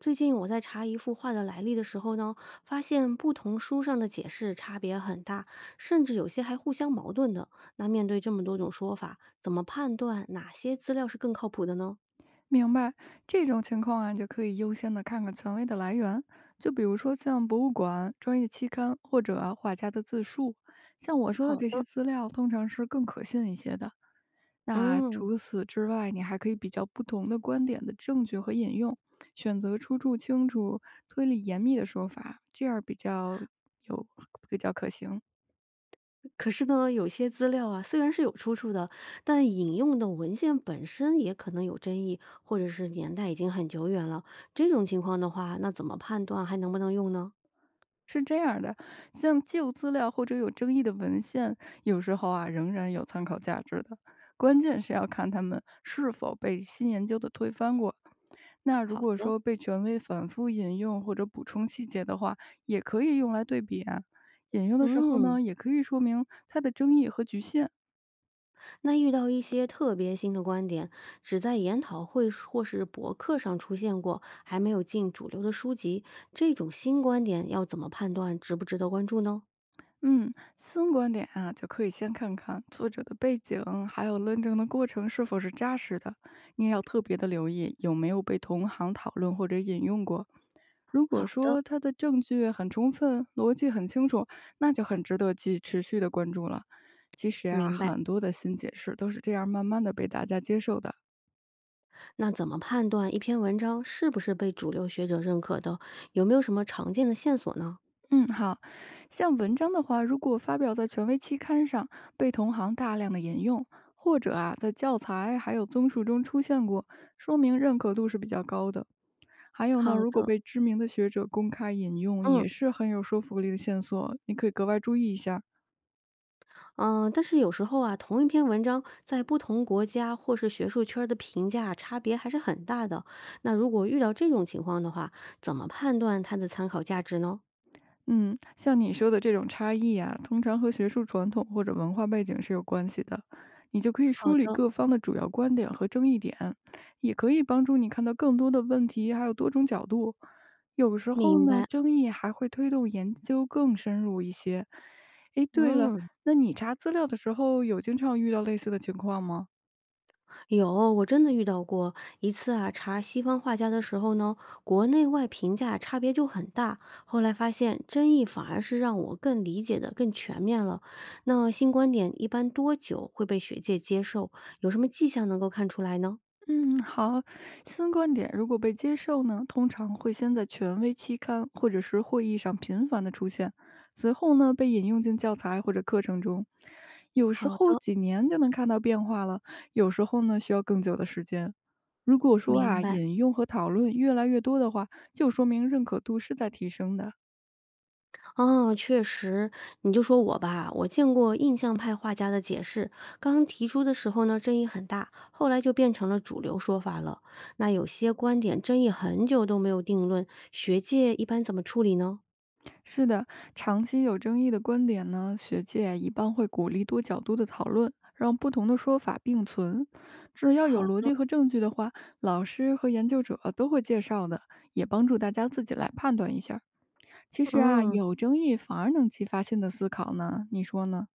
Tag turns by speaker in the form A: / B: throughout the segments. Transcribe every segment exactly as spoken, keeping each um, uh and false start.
A: 最近我在查一幅画的来历的时候呢，发现不同书上的解释差别很大，甚至有些还互相矛盾的。那面对这么多种说法，怎么判断哪些资料是更靠谱的呢？
B: 明白，这种情况啊，就可以优先的看看权威的来源，就比如说像博物馆、专业期刊或者啊画家的自述。像我说的
A: 好
B: 这些
A: 的。
B: 资料，通常是更可信一些的。那
A: 嗯，
B: 除此之外，你还可以比较不同的观点的证据和引用，选择出处清楚、推理严密的说法，这样比较有比较可行。
A: 可是呢，有些资料啊，虽然是有出处的，但引用的文献本身也可能有争议，或者是年代已经很久远了。这种情况的话，那怎么判断还能不能用呢？
B: 是这样儿的，像旧资料或者有争议的文献，有时候啊仍然有参考价值的。关键是要看他们是否被新研究的推翻过。那如
A: 好
B: 果
A: 的。
B: 说被权威反复引用或者补充细节的话，也可以用来对比啊。引用的时候
A: 嗯，
B: 呢，也可以说明它的争议和局限。
A: 那遇到一些特别新的观点，只在研讨会或是博客上出现过，还没有进主流的书籍，这种新观点要怎么判断值不值得关注呢？
B: 嗯，新观点啊，就可以先看看作者的背景，还有论证的过程是否是扎实的。你也要特别的留意有没有被同行讨论或者引用过。如果
A: 好的，
B: 说他的证据很充分，逻辑很清楚，那就很值得继持续的关注了。其实啊，
A: 明白。
B: 很多的新解释都是这样慢慢的被大家接受的。
A: 那怎么判断一篇文章是不是被主流学者认可的？有没有什么常见的线索呢？
B: 嗯，好，像文章的话，如果发表在权威期刊上，被同行大量的引用，或者啊，在教材还有综述中出现过，说明认可度是比较高的。还有呢，
A: 好
B: 如果
A: 的，
B: 被知名的学者公开引用，
A: 嗯。
B: 也是很有说服力的线索，你可以格外注意一下。
A: 嗯，但是有时候啊，同一篇文章在不同国家或是学术圈儿的评价啊差别还是很大的。那如果遇到这种情况的话，怎么判断它的参考价值呢？
B: 嗯，像你说的这种差异啊，通常和学术传统或者文化背景是有关系的。你就可以
A: 好
B: 梳理
A: 的，
B: 各方的主要观点和争议点，也可以帮助你看到更多的问题，还有多种角度。有时候
A: 明
B: 呢，
A: 白。
B: 争议还会推动研究更深入一些。诶，对了，
A: 嗯，
B: 那你查资料的时候有经常遇到类似的情况吗？
A: 有，我真的遇到过一次啊，查西方画家的时候呢，国内外评价差别就很大。后来发现争议反而是让我更理解的更全面了。那新观点一般多久会被学界接受？有什么迹象能够看出来呢？
B: 嗯，好，新观点如果被接受呢，通常会先在权威期刊或者是会议上频繁的出现，随后呢被引用进教材或者课程中。有时
A: 好
B: 候
A: 的。
B: 几年就能看到变化了，有时候呢需要更久的时间。如果说
A: 明
B: 啊
A: 白，
B: 引用和讨论越来越多的话，就说明认可度是在提升的。
A: 哦，确实，你就说我吧，我见过印象派画家的解释，刚提出的时候呢，争议很大，后来就变成了主流说法了。那有些观点争议很久都没有定论，学界一般怎么处理呢？
B: 是的，长期有争议的观点呢，学界一般会鼓励多角度的讨论，让不同的说法并存。只要有
A: 好
B: 逻
A: 的，
B: 辑和证据的话，老师和研究者都会介绍的，也帮助大家自己来判断一下儿。其实啊，
A: 嗯。
B: 有争议反而能激发新的思考呢，你说呢？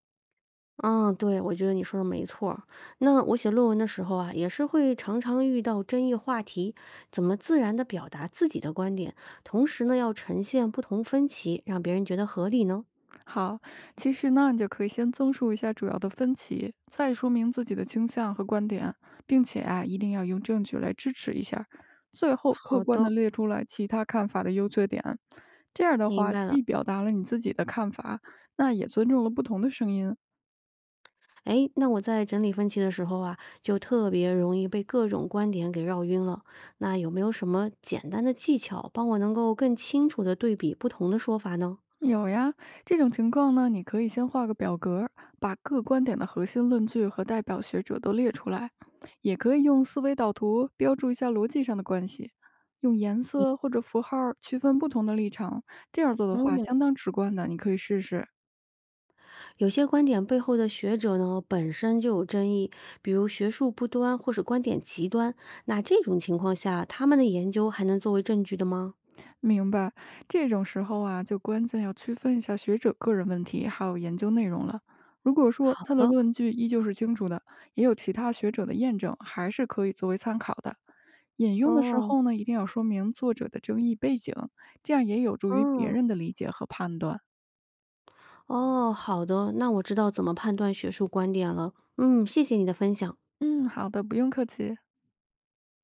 A: 嗯，对，我觉得你说的没错儿。那我写论文的时候啊，也是会常常遇到争议话题，怎么自然的表达自己的观点，同时呢，要呈现不同分歧，让别人觉得合理呢？
B: 好，其实呢，你就可以先综述一下主要的分歧，再说明自己的倾向和观点，并且啊，一定要用证据来支持一下儿。最后客
A: 好
B: 观
A: 的，
B: 的列出来其他看法的优缺点。这样的
A: 明
B: 话，
A: 白了。
B: 既表达了你自己的看法，那也尊重了不同的声音。
A: 诶，那我在整理分歧的时候啊，就特别容易被各种观点给绕晕了。那有没有什么简单的技巧，帮我能够更清楚的对比不同的说法呢？
B: 有呀，这种情况呢，你可以先画个表格儿，把各观点的核心论据和代表学者都列出来，也可以用思维导图标注一下逻辑上的关系，用颜色或者符号儿区分不同的立场。这样做的话，
A: 嗯，
B: 相当直观的，你可以试试。
A: 有些观点背后的学者呢，本身就有争议，比如学术不端或是观点极端。那这种情况下，他们的研究还能作为证据的吗？
B: 明白，这种时候啊，就关键要区分一下学者个人问题还有研究内容了。如果说
A: 好
B: 他的
A: 的，
B: 论据依旧是清楚的，也有其他学者的验证，还是可以作为参考的。引用的时
A: 哦，
B: 候呢，一定要说明作者的争议背景，这样也有助于别
A: 嗯，
B: 人的理解和判断。
A: 哦，好的，那我知道怎么判断学术观点了。嗯，谢谢你的分享。
B: 嗯，好的，不用客气。